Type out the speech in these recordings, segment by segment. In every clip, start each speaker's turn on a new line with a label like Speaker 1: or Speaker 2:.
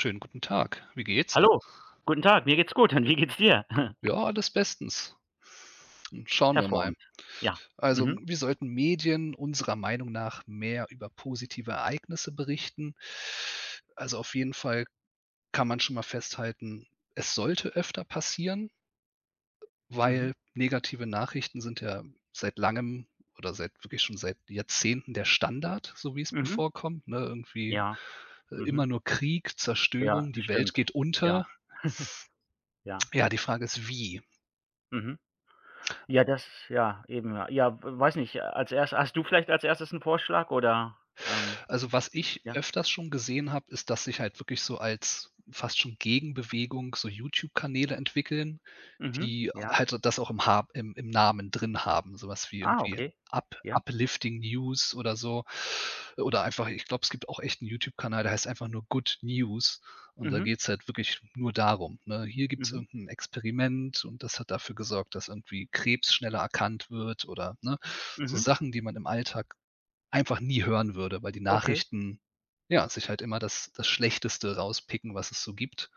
Speaker 1: Schönen guten Tag. Wie geht's?
Speaker 2: Hallo, guten Tag, mir geht's gut und wie geht's dir?
Speaker 1: Ja, alles bestens. Hm, schauen wir mal.
Speaker 2: Hervorragend. Ja.
Speaker 1: Also,
Speaker 2: Mhm,
Speaker 1: wir sollten Medien unserer Meinung nach mehr über positive Ereignisse berichten? Also, auf jeden Fall kann man schon mal festhalten, es sollte öfter passieren,
Speaker 2: mhm,
Speaker 1: weil negative Nachrichten sind ja seit langem oder seit wirklich schon seit Jahrzehnten der Standard, so wie es mir
Speaker 2: mhm.
Speaker 1: vorkommt, ne? Irgendwie,
Speaker 2: Ja,
Speaker 1: immer
Speaker 2: mhm.
Speaker 1: nur Krieg,
Speaker 2: Ja,
Speaker 1: Zerstörung, die Welt
Speaker 2: stimmt.
Speaker 1: geht
Speaker 2: Ja,
Speaker 1: unter.
Speaker 2: ja.
Speaker 1: Ja, die Frage ist: Wie?
Speaker 2: Mhm. Ja, das ja, eben, ja. Ja, w weiß nicht, als erst hast du vielleicht als Erstes einen Vorschlag oder, ähm
Speaker 1: Also, was ich
Speaker 2: ja?
Speaker 1: öfters schon gesehen habe, ist, dass sich halt wirklich so als fast schon Gegenbewegung so YouTube-Kanäle entwickeln,
Speaker 2: Mhm,
Speaker 1: die
Speaker 2: ja.
Speaker 1: halt das auch im Ha im im Namen drin haben, sowas wie
Speaker 2: Ah,
Speaker 1: irgendwie
Speaker 2: okay.
Speaker 1: Up
Speaker 2: Ja.
Speaker 1: Uplifting News oder so. Oder einfach ich glaube, es gibt auch echt einen YouTube-Kanal, der heißt einfach nur Good News und da
Speaker 2: Mhm,
Speaker 1: geht es halt wirklich nur darum, ne? Hier gibt es
Speaker 2: mhm,
Speaker 1: irgendein Experiment und das hat dafür gesorgt, dass irgendwie Krebs schneller erkannt wird oder, ne, so
Speaker 2: mhm.
Speaker 1: Sachen, die man im Alltag einfach nie hören würde, weil die
Speaker 2: Okay.
Speaker 1: Nachrichten, ja, sich halt immer das Schlechteste rauspicken, was es so gibt,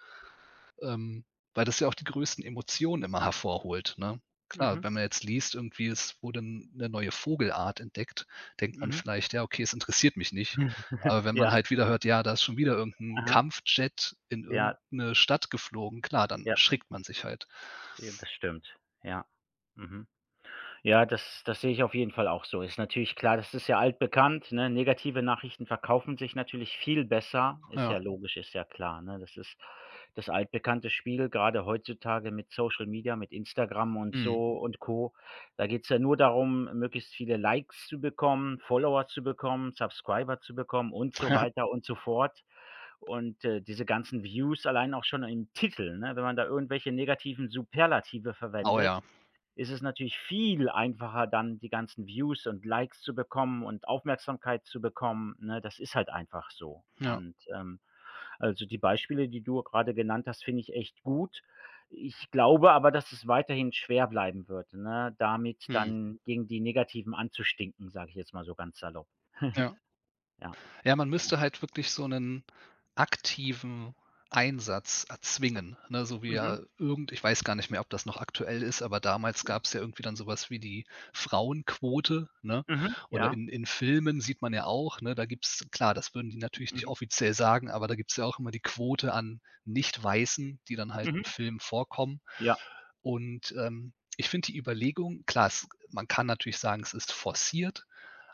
Speaker 1: ähm, weil das ja auch die größten Emotionen immer hervorholt, ne? Klar,
Speaker 2: Mhm,
Speaker 1: wenn man jetzt liest, irgendwie es wurde eine neue Vogelart entdeckt, denkt man
Speaker 2: mhm.
Speaker 1: vielleicht: „Ja, okay, es interessiert mich nicht." Aber wenn man
Speaker 2: Ja,
Speaker 1: halt wieder hört: „Ja, da ist schon wieder irgendein
Speaker 2: aha.
Speaker 1: Kampfjet in
Speaker 2: Ja,
Speaker 1: irgendeine Stadt geflogen." Klar, dann
Speaker 2: ja,
Speaker 1: schreckt man sich halt.
Speaker 2: ja, das stimmt. Ja. Mhm. Ja, das sehe ich auf jeden Fall auch so. Ist natürlich klar, das ist ja altbekannt, ne? Negative Nachrichten verkaufen sich natürlich viel besser. Ist
Speaker 1: Ja.
Speaker 2: ja logisch, ist ja klar, ne? Das ist das altbekannte Spiel. Gerade heutzutage mit Social Media, mit Instagram und
Speaker 1: Hm.
Speaker 2: so und Co. Da geht's ja nur darum, möglichst viele Likes zu bekommen, Follower zu bekommen, Subscriber zu bekommen und so weiter und so fort. Und, diese ganzen Views allein auch schon im Titel, ne? Wenn man da irgendwelche negativen Superlative
Speaker 1: Oh ja.
Speaker 2: verwendet, ist es natürlich viel einfacher, dann die ganzen Views und Likes zu bekommen und Aufmerksamkeit zu bekommen, ne? Das ist halt einfach so.
Speaker 1: Ja.
Speaker 2: Und, also, die Beispiele, die du gerade genannt hast, finde ich echt gut. Ich glaube aber, dass es weiterhin schwer bleiben wird, ne, damit
Speaker 1: Mhm.
Speaker 2: dann gegen die Negativen anzustinken, sage ich jetzt mal so ganz salopp.
Speaker 1: Ja.
Speaker 2: Ja.
Speaker 1: Ja, man
Speaker 2: Ja.
Speaker 1: müsste halt wirklich so 'nen aktiven Einsatz erzwingen, ne, so wie
Speaker 2: Mhm.
Speaker 1: ja irgend ich weiß gar nicht mehr, ob das noch aktuell ist, aber damals
Speaker 2: Ja.
Speaker 1: gab's ja irgendwie dann so was wie die Frauenquote, ne?
Speaker 2: Mhm.
Speaker 1: Oder
Speaker 2: Ja.
Speaker 1: in Filmen sieht man ja auch, ne, da gibt's klar, das würden die natürlich nicht
Speaker 2: Mhm.
Speaker 1: offiziell sagen, aber da gibt's ja auch immer die Quote an Nicht-Weißen, die dann halt in
Speaker 2: Mhm.
Speaker 1: Filmen vorkommen.
Speaker 2: Ja.
Speaker 1: Und, ich finde die Überlegung klar, es man kann natürlich sagen, es ist forciert,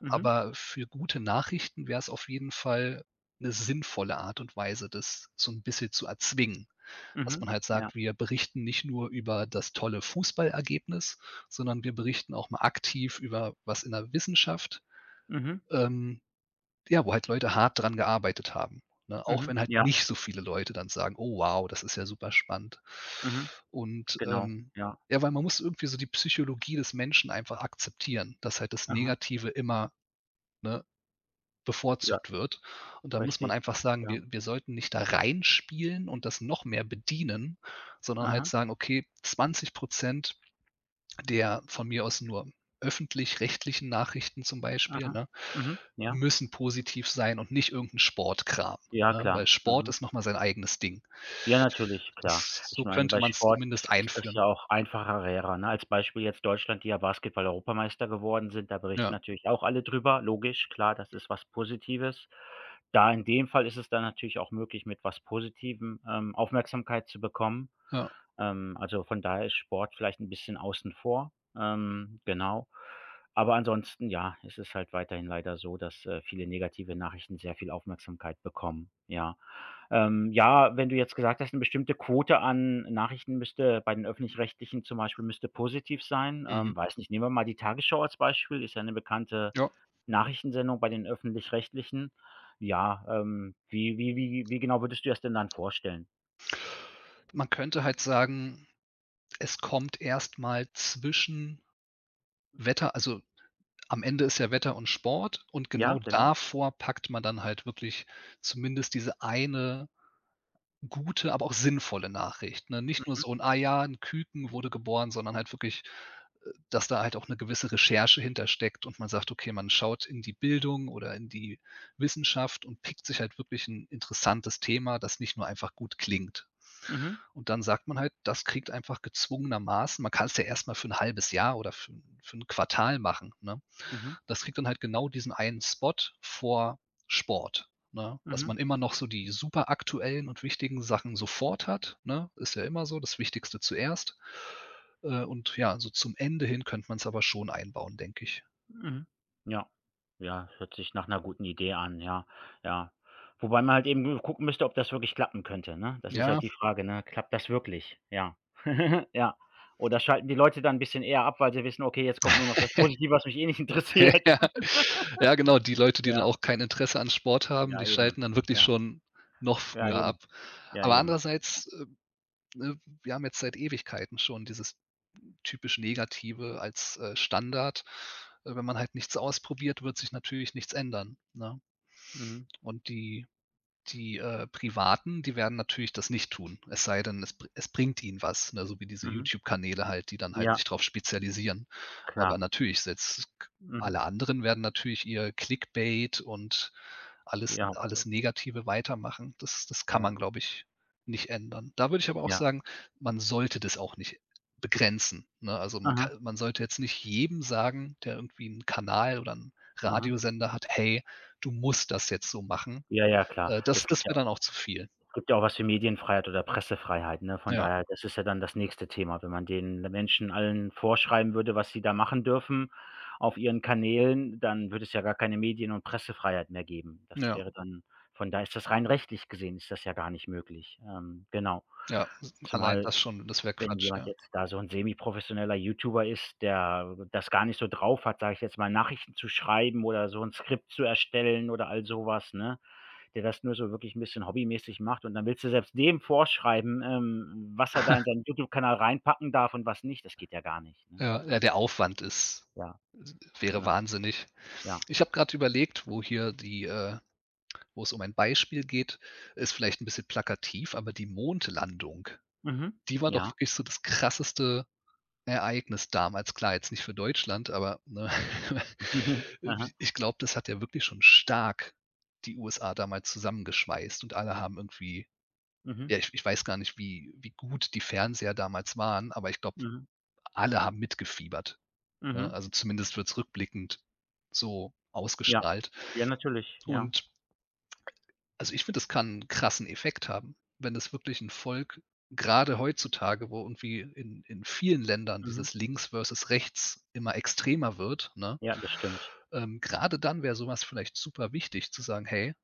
Speaker 2: Mhm.
Speaker 1: aber für gute Nachrichten wäre es auf jeden Fall 'ne sinnvolle Art und Weise, das so 'n bisschen zu erzwingen, dass man
Speaker 2: Mhm.
Speaker 1: halt
Speaker 2: Ja.
Speaker 1: sagt: „Wir berichten nicht nur über das tolle Fußballergebnis, sondern wir berichten auch mal aktiv über was in der Wissenschaft,
Speaker 2: Mhm.
Speaker 1: ähm, ja, wo halt Leute hart dran gearbeitet haben", ne? Auch
Speaker 2: Mhm.
Speaker 1: wenn halt
Speaker 2: Ja.
Speaker 1: nicht so viele Leute dann sagen: „Oh wow, das ist ja superspannend."
Speaker 2: Mhm.
Speaker 1: Und,
Speaker 2: Genau. Ja.
Speaker 1: ja, weil man muss irgendwie so die Psychologie des Menschen einfach akzeptieren, dass halt das
Speaker 2: Aha.
Speaker 1: Negative immer, ne,
Speaker 2: Ja.
Speaker 1: bevorzugt wird. Und da muss man
Speaker 2: Richtig.
Speaker 1: einfach sagen,
Speaker 2: Ja.
Speaker 1: wir sollten nicht da reinspielen und das noch mehr bedienen, sondern halt
Speaker 2: Aha,
Speaker 1: sagen: „Okay, 20 der von mir aus nur öffentlich-rechtlichen Nachrichten zum Beispiel,
Speaker 2: aha.
Speaker 1: ne,
Speaker 2: Mhm. Ja.
Speaker 1: müssen positiv sein und nicht irgend Sportkram",
Speaker 2: Ja,
Speaker 1: ne? Weil
Speaker 2: klar.
Speaker 1: Sport
Speaker 2: Mhm.
Speaker 1: ist noch mal sein eigenes Ding.
Speaker 2: Ja, natürlich, klar.
Speaker 1: Das
Speaker 2: Ich
Speaker 1: so
Speaker 2: meine,
Speaker 1: könnte
Speaker 2: bei
Speaker 1: man es
Speaker 2: Sport
Speaker 1: zumindest
Speaker 2: ist das
Speaker 1: einführen.
Speaker 2: ja auch einfacher, ne? Als Beispiel jetzt Deutschland, die ja Basketball-Europameister geworden sind, da berichten
Speaker 1: Ja,
Speaker 2: natürlich auch alle drüber. Logisch, klar, das ist was Positives. Da in dem Fall ist es dann natürlich auch möglich, mit was Positivem, Aufmerksamkeit zu bekommen.
Speaker 1: ja.
Speaker 2: Also, von daher ist Sport vielleicht ein bisschen außen vor, genau. Aber ansonsten, ja, ist es halt weiterhin leider so, dass, viele negative Nachrichten sehr viel Aufmerksamkeit bekommen, ja. Ja, wenn du jetzt gesagt hast, eine bestimmte Quote an Nachrichten müsste bei den Öffentlich-Rechtlichen zum Beispiel müsste positiv sein.
Speaker 1: Mhm.
Speaker 2: Weiß nicht, nehmen wir mal die Tagesschau als Beispiel, ist ja 'ne bekannte
Speaker 1: Ja.
Speaker 2: Nachrichtensendung bei den Öffentlich-Rechtlichen. Ja, wie genau würdest du das denn dann vorstellen?
Speaker 1: Man könnte halt sagen, es kommt erst mal zwischen Wetter, also am Ende ist ja Wetter und Sport und genau
Speaker 2: Ja, genau.
Speaker 1: davor packt man dann halt wirklich zumindest diese eine gute, aber auch sinnvolle Nachricht, ne? Nicht nur
Speaker 2: Mhm,
Speaker 1: so 'n: „Ah ja, 'n Küken wurde geboren", sondern halt wirklich, dass da halt auch 'ne gewisse Recherche hintersteckt und man sagt: „Okay, man schaut in die Bildung oder in die Wissenschaft und pickt sich halt wirklich 'n interessantes Thema, das nicht nur einfach gut klingt."
Speaker 2: mhm,
Speaker 1: Und dann sagt man halt, das kriegt einfach gezwungenermaßen man kann's ja erst mal für 'n halbes Jahr oder für 'n Quartal machen, ne?
Speaker 2: mhm.
Speaker 1: Das kriegt dann halt genau diesen einen Spot vor Sport, ne? Dass
Speaker 2: Mhm,
Speaker 1: man immer noch so die super aktuellen und wichtigen Sachen sofort hat, ne? Ist ja immer so, das Wichtigste zuerst. Und ja, so zum Ende hin könnte man's aber schon einbauen, denke ich.
Speaker 2: mhm. Ja. Ja, hört sich nach einer guten Idee an, ja, ja. Wobei man halt eben gucken müsste, ob das wirklich klappen könnte, ne? Das ist
Speaker 1: Ja,
Speaker 2: halt die Frage, ne? Klappt das wirklich? Ja. Ja. Oder schalten die Leute dann 'n bisschen eher ab, weil sie wissen: „Okay, jetzt kommt nur noch das Positive, was mich eh nicht interessiert.“
Speaker 1: ja. Ja, genau, die Leute, die dann
Speaker 2: Ja,
Speaker 1: auch kein Interesse an Sport haben, die
Speaker 2: ja eben.
Speaker 1: schalten dann wirklich
Speaker 2: Ja,
Speaker 1: schon noch
Speaker 2: ja
Speaker 1: früher
Speaker 2: eben,
Speaker 1: ab.
Speaker 2: ja
Speaker 1: Aber
Speaker 2: eben.
Speaker 1: andererseits, ne, wir haben jetzt seit Ewigkeiten schon dieses typisch Negative als Standard. Wenn man halt nichts ausprobiert, wird sich natürlich nichts ändern, ne?
Speaker 2: Mhm,
Speaker 1: Und die, Privaten, die werden natürlich das nicht tun, es sei denn, es bringt ihnen was, ne, so wie diese
Speaker 2: mhm.
Speaker 1: YouTube-Kanäle halt, die dann halt
Speaker 2: Ja,
Speaker 1: sich darauf spezialisieren. Aber
Speaker 2: klar.
Speaker 1: natürlich setzt
Speaker 2: Mhm.
Speaker 1: alle anderen werden natürlich ihr Clickbait und alles
Speaker 2: Ja,
Speaker 1: alles Negative weitermachen. Das kann
Speaker 2: ja,
Speaker 1: man, glaube ich, nicht ändern. Da würde ich aber auch
Speaker 2: ja.
Speaker 1: sagen, man sollte das auch nicht begrenzen, ne? Also, man
Speaker 2: Aha,
Speaker 1: ka man sollte jetzt nicht jedem sagen, der irgendwie einen Kanal oder einen
Speaker 2: aha.
Speaker 1: Radiosender hat: „Hey, du musst das jetzt so machen."
Speaker 2: Ja, ja, klar. Es
Speaker 1: Das
Speaker 2: gibt
Speaker 1: das
Speaker 2: ja
Speaker 1: wäre dann auch zu viel.
Speaker 2: Gibt ja auch was wie Medienfreiheit oder Pressefreiheit, ne? Von
Speaker 1: Ja,
Speaker 2: daher, das ist ja dann das nächste Thema, wenn man den Menschen allen vorschreiben würde, was sie da machen dürfen auf ihren Kanälen, dann würde es ja gar keine Medien und Pressefreiheit mehr geben. Das
Speaker 1: ja,
Speaker 2: wäre dann von da ist das rein rechtlich gesehen ist das ja gar nicht möglich. Genau.
Speaker 1: ja. Allein
Speaker 2: Zumal,
Speaker 1: das schon, das wäre
Speaker 2: wenn
Speaker 1: Quatsch,
Speaker 2: jemand
Speaker 1: ja.
Speaker 2: jetzt da so ein semi-professioneller YouTuber ist, der das gar nicht so drauf hat, sage ich jetzt mal, Nachrichten zu schreiben oder so ein Skript zu erstellen oder all sowas, ne? Der das nur so wirklich ein bisschen hobbymäßig macht und dann willst du selbst dem vorschreiben, was er da in seinen YouTube-Kanal reinpacken darf und was nicht. Das geht ja gar nicht, ne?
Speaker 1: Ja, ja, der Aufwand ist
Speaker 2: Ja,
Speaker 1: s wäre
Speaker 2: genau,
Speaker 1: wahnsinnig.
Speaker 2: ja.
Speaker 1: Ich habe grad überlegt, wo es um ein Beispiel geht, ist vielleicht 'n bisschen plakativ, aber die Mondlandung,
Speaker 2: Mhm.
Speaker 1: die war doch
Speaker 2: Ja.
Speaker 1: wirklich so das krasseste Ereignis damals. Klar, jetzt nicht für Deutschland, aber, ne,
Speaker 2: Aha.
Speaker 1: irgendwie ich glaube, das hat ja wirklich schon stark die USA damals zusammengeschweißt und alle haben irgendwie.
Speaker 2: Mhm.
Speaker 1: Ja, ich weiß gar nicht, wie gut die Fernseher damals waren, aber ich glaube,
Speaker 2: Mhm.
Speaker 1: alle haben mitgefiebert, ne?
Speaker 2: Mhm.
Speaker 1: Also, zumindest wird's rückblickend so
Speaker 2: Ja.
Speaker 1: ausgestrahlt.
Speaker 2: Ja, natürlich, ja.
Speaker 1: Und, also, ich finde, das kann einen krassen Effekt haben, wenn es wirklich ein Volk gerade heutzutage, wo irgendwie in vielen Ländern
Speaker 2: Mhm.
Speaker 1: dieses links versus rechts immer extremer wird, ne?
Speaker 2: Ja, das stimmt.
Speaker 1: Grade dann wäre so was vielleicht super wichtig zu sagen: „Hey,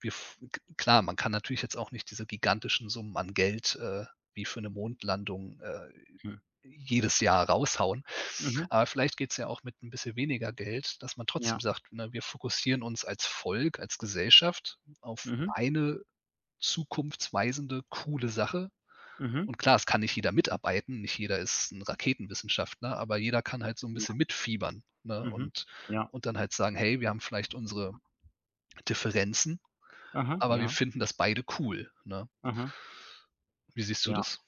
Speaker 1: wir f" k klar, man kann natürlich jetzt auch nicht diese gigantischen Summen an Geld, wie für eine Mondlandung,
Speaker 2: Hm.
Speaker 1: jedes Jahr raushauen.
Speaker 2: Mhm.
Speaker 1: Aber vielleicht geht's ja auch mit ein bisschen weniger Geld, dass man trotzdem
Speaker 2: Ja.
Speaker 1: sagt, ne, wir fokussieren uns als Volk, als Gesellschaft auf
Speaker 2: Mhm.
Speaker 1: eine zukunftsweisende, coole Sache.
Speaker 2: Mhm.
Speaker 1: Und klar, es kann nicht jeder mitarbeiten, nicht jeder ist ein Raketenwissenschaftler, aber jeder kann halt so ein
Speaker 2: Ja.
Speaker 1: bisschen mitfiebern, ne,
Speaker 2: Mhm.
Speaker 1: und
Speaker 2: Ja.
Speaker 1: und dann halt sagen: „Hey, wir haben vielleicht unsere Differenzen,
Speaker 2: Aha.
Speaker 1: aber wir
Speaker 2: Ja.
Speaker 1: finden das beide cool", ne?
Speaker 2: Aha.
Speaker 1: Wie siehst du
Speaker 2: Ja.
Speaker 1: das?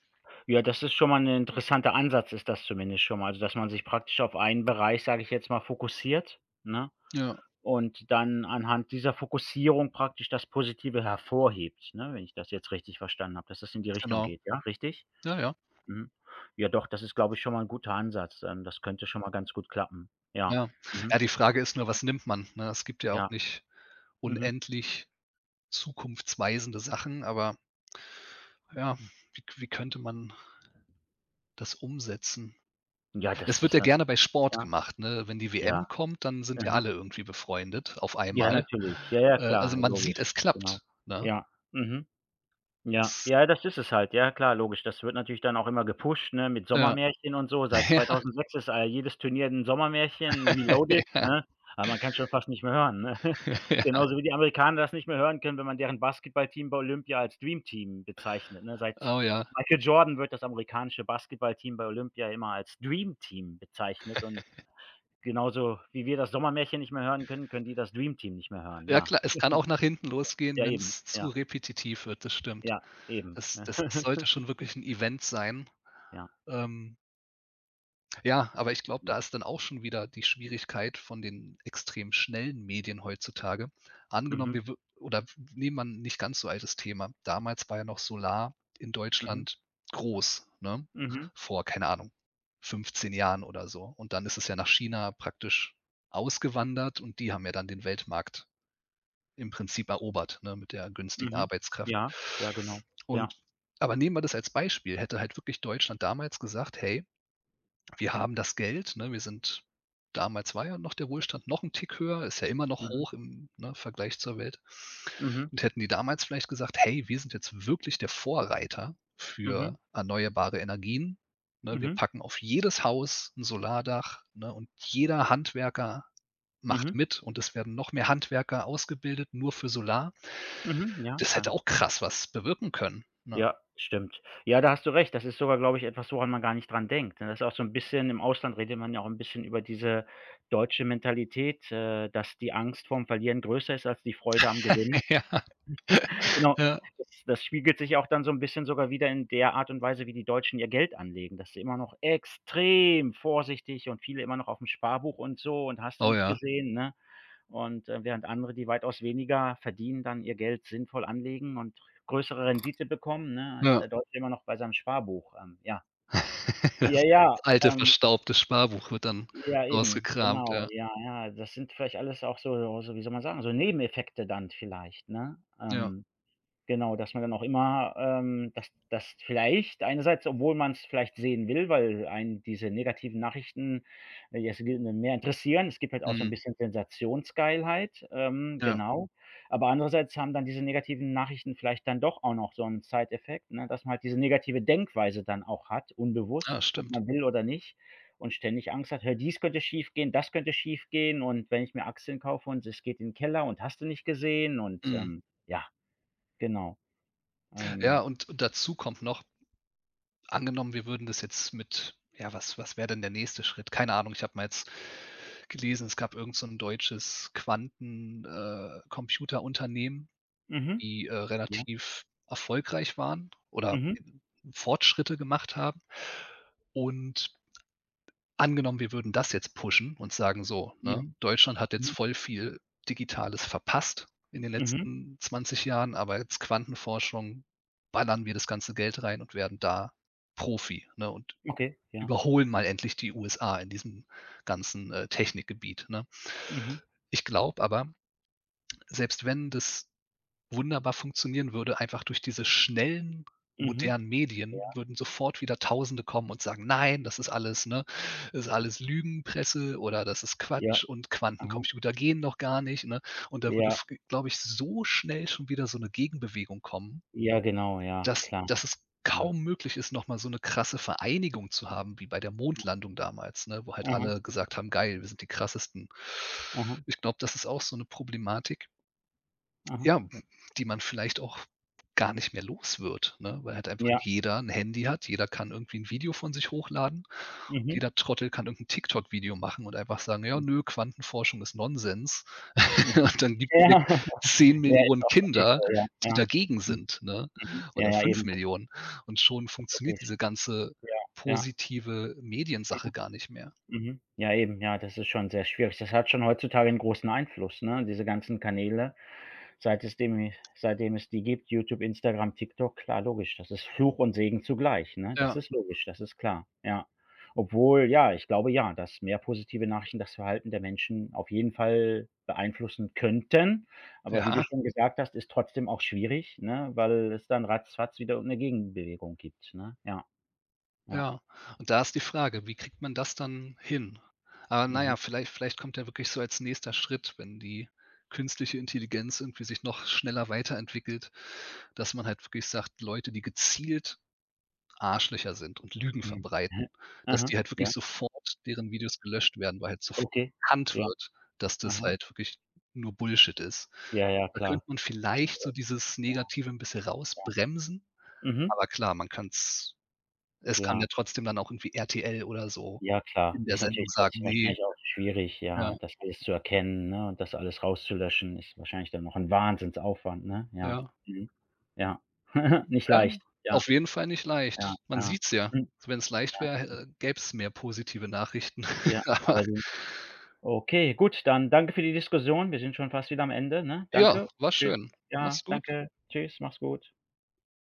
Speaker 2: Ja, das ist schon mal ein interessanter Ansatz, ist das zumindest schon mal, also, dass man sich praktisch auf einen Bereich, sage ich jetzt mal, fokussiert, ne?
Speaker 1: Ja,
Speaker 2: Und dann anhand dieser Fokussierung praktisch das Positive hervorhebt, ne, wenn ich das jetzt richtig verstanden habe, dass das in die Richtung
Speaker 1: genau.
Speaker 2: geht, ja, richtig?
Speaker 1: Ja, ja.
Speaker 2: Mhm. Ja doch, das ist, glaube ich, schon mal 'n guter Ansatz. Das könnte schon mal ganz gut klappen. Ja.
Speaker 1: Ja.
Speaker 2: Mhm.
Speaker 1: Ja, die Frage ist nur, was nimmt man, ne? Es gibt ja auch
Speaker 2: Ja.
Speaker 1: nicht
Speaker 2: Mhm.
Speaker 1: unendlich zukunftsweisende Sachen, aber ja, wie
Speaker 2: Hm.
Speaker 1: könnte man das umsetzen?
Speaker 2: Ja,
Speaker 1: Es
Speaker 2: das
Speaker 1: wird
Speaker 2: ist
Speaker 1: ja
Speaker 2: halt
Speaker 1: gerne bei Sport
Speaker 2: ja,
Speaker 1: gemacht, ne? Wenn die
Speaker 2: ja.
Speaker 1: WM kommt, dann sind ja
Speaker 2: Mhm.
Speaker 1: alle irgendwie befreundet auf
Speaker 2: Ja,
Speaker 1: einmal.
Speaker 2: natürlich. Ja, ja, klar,
Speaker 1: Also, man sieht,
Speaker 2: logisch,
Speaker 1: es
Speaker 2: genau.
Speaker 1: klappt, ne?
Speaker 2: Ja. Mhm. Ja,
Speaker 1: Jetzt
Speaker 2: ja, das ist es halt. Ja, klar, logisch. Das wird natürlich dann auch immer gepusht, ne, mit
Speaker 1: ja,
Speaker 2: Sommermärchen und so. Seit
Speaker 1: ja,
Speaker 2: 2006 ist, jedes Turnier ein Sommermärchen reloaded,
Speaker 1: ja,
Speaker 2: ne? Aber man kann's schon fast nicht mehr hören, ne?
Speaker 1: ja.
Speaker 2: Genauso wie die Amerikaner das nicht mehr hören können, wenn man deren Basketballteam bei Olympia als Dream Team bezeichnet, ne? Seit
Speaker 1: Oh ja.
Speaker 2: Michael Jordan wird das amerikanische Basketballteam bei Olympia immer als Dream Team bezeichnet und genauso wie wir das Sommermärchen nicht mehr hören können, können die das Dream Team nicht mehr hören.
Speaker 1: Ja
Speaker 2: Ja,
Speaker 1: klar, es kann auch nach hinten losgehen,
Speaker 2: ja
Speaker 1: wenn
Speaker 2: eben.
Speaker 1: es zu
Speaker 2: Ja,
Speaker 1: repetitiv wird, das stimmt.
Speaker 2: ja, eben.
Speaker 1: Es sollte schon wirklich ein Event sein,
Speaker 2: Ja,
Speaker 1: ähm, Ja, aber ich glaube,
Speaker 2: ja.
Speaker 1: da ist dann auch schon wieder die Schwierigkeit von den extrem schnellen Medien heutzutage. Angenommen,
Speaker 2: Mhm.
Speaker 1: wir wü oder nehmen wir 'n nicht ganz so altes Thema. Damals war ja noch Solar in
Speaker 2: Mhm,
Speaker 1: Deutschland groß, ne?
Speaker 2: mhm,
Speaker 1: Vor, keine Ahnung, 15 Jahren oder so. Und dann ist es ja nach China praktisch ausgewandert und die haben ja dann den Weltmarkt im Prinzip erobert, ne, mit der günstigen
Speaker 2: mhm.
Speaker 1: Arbeitskraft.
Speaker 2: Ja, ja, genau.
Speaker 1: Und
Speaker 2: Ja.
Speaker 1: aber nehmen wir das als Beispiel, hätte halt wirklich Deutschland damals gesagt: „Hey", wir haben das Geld, ne? Wir sind Damals war ja noch der Wohlstand noch 'n Tick höher, ist ja immer noch
Speaker 2: Mhm,
Speaker 1: hoch im, ne, Vergleich zur Welt.
Speaker 2: mhm,
Speaker 1: Und hätten die damals vielleicht gesagt: „Hey, wir sind jetzt wirklich der Vorreiter
Speaker 2: mhm,
Speaker 1: für erneuerbare Energien, ne? Wir
Speaker 2: mhm,
Speaker 1: packen auf jedes Haus 'n Solardach, ne, und jeder Handwerker macht
Speaker 2: mhm,
Speaker 1: mit und es werden noch mehr Handwerker ausgebildet, nur für Solar."
Speaker 2: mhm, ja,
Speaker 1: Das hätte
Speaker 2: dann
Speaker 1: auch krass was bewirken können, ne?
Speaker 2: ja, stimmt. Ja, da hast du recht. Das ist sogar, glaube ich, etwas, woran man gar nicht dran denkt. Ne, das ist auch so ein bisschen im Ausland, redet man ja auch ein bisschen über diese deutsche Mentalität, dass die Angst vorm Verlieren größer ist als die Freude am Gewinn.
Speaker 1: Ja.
Speaker 2: Genau.
Speaker 1: Ja.
Speaker 2: Das spiegelt sich auch dann so 'n bisschen sogar wieder in der Art und Weise, wie die Deutschen ihr Geld anlegen, dass sie immer noch extrem vorsichtig und viele immer noch auf'm Sparbuch und so und hast du
Speaker 1: Oh
Speaker 2: nicht
Speaker 1: ja.
Speaker 2: gesehen, ne? Und, während andere, die weitaus weniger verdienen, dann ihr Geld sinnvoll anlegen und größere Rendite bekommen, ne, ist
Speaker 1: Ja.
Speaker 2: der Deutsche immer noch bei seinem Sparbuch, ja.
Speaker 1: Das
Speaker 2: Ja, ja,
Speaker 1: alte verstaubte Sparbuch wird dann
Speaker 2: ja eben,
Speaker 1: rausgekramt,
Speaker 2: genau,
Speaker 1: ja.
Speaker 2: ja, ja. Das sind vielleicht alles auch so so, wie soll man sagen, so Nebeneffekte dann vielleicht, ne?
Speaker 1: Ja,
Speaker 2: Genau, dass man dann auch immer, dass vielleicht einerseits, obwohl man es vielleicht sehen will, weil einen diese negativen Nachrichten, ne, mehr interessieren. Es gibt halt auch so ein
Speaker 1: mhm,
Speaker 2: bisschen Sensationsgeilheit,
Speaker 1: ja.
Speaker 2: genau. Aber andererseits haben dann diese negativen Nachrichten vielleicht dann doch auch noch so einen Side-Effekt, ne, dass man halt diese negative Denkweise dann auch hat,
Speaker 1: Ja,
Speaker 2: unbewusst, ob
Speaker 1: stimmt.
Speaker 2: man will oder nicht und ständig Angst hat: „Hör, dies könnte schiefgehen, das könnte schiefgehen und wenn ich mir Aktien kaufe und es geht in 'n Keller und hast du nicht gesehen“ und,
Speaker 1: Mhm.
Speaker 2: ja, genau.
Speaker 1: Ja,
Speaker 2: Ähm,
Speaker 1: und dazu kommt noch, angenommen, wir würden das jetzt mit ja, was wäre denn der nächste Schritt? Keine Ahnung, ich habe mal jetzt gelesen, es gab irgend so 'n deutsches Computerunternehmen,
Speaker 2: mhm,
Speaker 1: die
Speaker 2: ja,
Speaker 1: relativ erfolgreich waren oder
Speaker 2: mhm,
Speaker 1: Fortschritte gemacht haben. Und angenommen, wir würden das jetzt pushen und sagen so, ne,
Speaker 2: mhm,
Speaker 1: Deutschland hat jetzt
Speaker 2: mhm,
Speaker 1: voll viel Digitales verpasst in den
Speaker 2: mhm,
Speaker 1: letzten 20 Jahren, aber jetzt Quantenforschung ballern wir das ganze Geld rein und werden da Profi, ne, und
Speaker 2: okay, ja,
Speaker 1: überholen mal endlich die USA in diesem ganzen Technikgebiet, ne?
Speaker 2: mhm,
Speaker 1: Ich glaube aber, selbst wenn das wunderbar funktionieren würde, einfach durch diese schnellen,
Speaker 2: mhm,
Speaker 1: modernen Medien
Speaker 2: ja,
Speaker 1: würden sofort wieder Tausende kommen und sagen: „Nein, das ist alles ne, das ist alles Lügenpresse oder das ist
Speaker 2: ja,
Speaker 1: Quatsch und
Speaker 2: aha,
Speaker 1: Quantencomputer gehen doch gar nicht", ne? Und da würde,
Speaker 2: ja,
Speaker 1: glaube ich, so schnell schon wieder so eine Gegenbewegung kommen,
Speaker 2: ja, genau, ja,
Speaker 1: dass
Speaker 2: klar,
Speaker 1: es
Speaker 2: ja,
Speaker 1: kaum möglich ist, noch mal so eine krasse Vereinigung zu haben wie bei der
Speaker 2: ja.
Speaker 1: Mondlandung damals, ne, wo halt
Speaker 2: Aha,
Speaker 1: alle gesagt haben: „Geil, wir sind die Krassesten."
Speaker 2: aha,
Speaker 1: Ich glaube, das ist auch so eine Problematik
Speaker 2: aha,
Speaker 1: ja,
Speaker 2: ja,
Speaker 1: die man vielleicht auch gar nicht mehr los wird, ne, weil halt einfach
Speaker 2: ja,
Speaker 1: jeder 'n Handy hat, jeder kann irgendwie 'n Video von sich hochladen und
Speaker 2: mhm,
Speaker 1: jeder Trottel kann irgend 'n TikTok-Video machen und einfach sagen: „Ja,
Speaker 2: hm,
Speaker 1: nö, Quantenforschung ist Nonsens."
Speaker 2: mhm.
Speaker 1: Und dann gibt's
Speaker 2: Ja,
Speaker 1: hier zehn
Speaker 2: ja, ist
Speaker 1: Millionen
Speaker 2: auch wirklich
Speaker 1: Kinder,
Speaker 2: so, ja,
Speaker 1: die
Speaker 2: ja.
Speaker 1: dagegen
Speaker 2: Mhm,
Speaker 1: sind, ne,
Speaker 2: mhm. Ja,
Speaker 1: oder
Speaker 2: ja,
Speaker 1: fünf
Speaker 2: eben,
Speaker 1: Millionen und schon
Speaker 2: das ist
Speaker 1: funktioniert
Speaker 2: wirklich
Speaker 1: diese ganze
Speaker 2: ja, ja,
Speaker 1: positive Mediensache
Speaker 2: aha,
Speaker 1: gar nicht mehr.
Speaker 2: mhm. Ja, eben, ja, das ist schon sehr schwierig. Das hat schon heutzutage einen großen Einfluss, ne, diese ganzen Kanäle. Seitdem es die gibt, YouTube, Instagram, TikTok, klar, logisch. Das ist Fluch und Segen zugleich, ne? Das
Speaker 1: Ja.
Speaker 2: ist logisch, das ist klar, ja. Obwohl, ja, ich glaube, ja, dass mehr positive Nachrichten das Verhalten der Menschen auf jeden Fall beeinflussen könnten. Aber wie du
Speaker 1: Ja.
Speaker 2: schon gesagt hast, ist trotzdem auch schwierig, ne, weil es dann ratzfatz wieder eine Gegenbewegung gibt, ne? Ja, ja.
Speaker 1: Ja, und da ist die Frage, wie kriegt man das dann hin? Aber
Speaker 2: Mhm,
Speaker 1: naja, vielleicht kommt ja wirklich so als nächster Schritt, wenn die künstliche Intelligenz irgendwie sich noch schneller weiterentwickelt, dass man halt wirklich sagt, Leute, die gezielt Arschlöcher sind und Lügen
Speaker 2: mhm.
Speaker 1: verbreiten,
Speaker 2: Mhm.
Speaker 1: dass
Speaker 2: Aha,
Speaker 1: die halt
Speaker 2: ja,
Speaker 1: wirklich sofort deren Videos gelöscht werden, weil halt sofort
Speaker 2: okay.
Speaker 1: erkannt
Speaker 2: Ja,
Speaker 1: wird, dass das
Speaker 2: aha.
Speaker 1: halt wirklich nur Bullshit ist.
Speaker 2: Ja, ja,
Speaker 1: Da
Speaker 2: klar.
Speaker 1: könnte man vielleicht so dieses
Speaker 2: Ja.
Speaker 1: Negative ein bisschen
Speaker 2: Ja.
Speaker 1: rausbremsen,
Speaker 2: Mhm.
Speaker 1: aber klar, man kann es es kann ja
Speaker 2: Ja.
Speaker 1: trotzdem dann auch irgendwie RTL oder so
Speaker 2: Ja klar,
Speaker 1: in der
Speaker 2: ist
Speaker 1: Sendung
Speaker 2: natürlich
Speaker 1: sagen:
Speaker 2: trotzdem
Speaker 1: „Ne."
Speaker 2: wahrscheinlich auch schwierig,
Speaker 1: Ja,
Speaker 2: ja, das alles zu erkennen, ne, und das alles rauszulöschen, ist wahrscheinlich dann noch ein Wahnsinnsaufwand, ne? Ja.
Speaker 1: ja,
Speaker 2: Mhm. Ja. Nicht
Speaker 1: ja.
Speaker 2: leicht. Ja,
Speaker 1: Auf jeden Fall nicht
Speaker 2: ja,
Speaker 1: leicht. Man
Speaker 2: ja.
Speaker 1: sieht's ja.
Speaker 2: Hm,
Speaker 1: Wenn's leicht
Speaker 2: ja,
Speaker 1: wäre, hä gäbe es mehr positive Nachrichten.
Speaker 2: ja,
Speaker 1: Aber
Speaker 2: allerdings. Okay, gut, dann danke für die Diskussion. Wir sind schon fast wieder am Ende, ne?
Speaker 1: ja,
Speaker 2: Danke.
Speaker 1: war
Speaker 2: Tschüss.
Speaker 1: schön. Mach's
Speaker 2: Ja,
Speaker 1: gut.
Speaker 2: danke. Tschüss, mach's gut.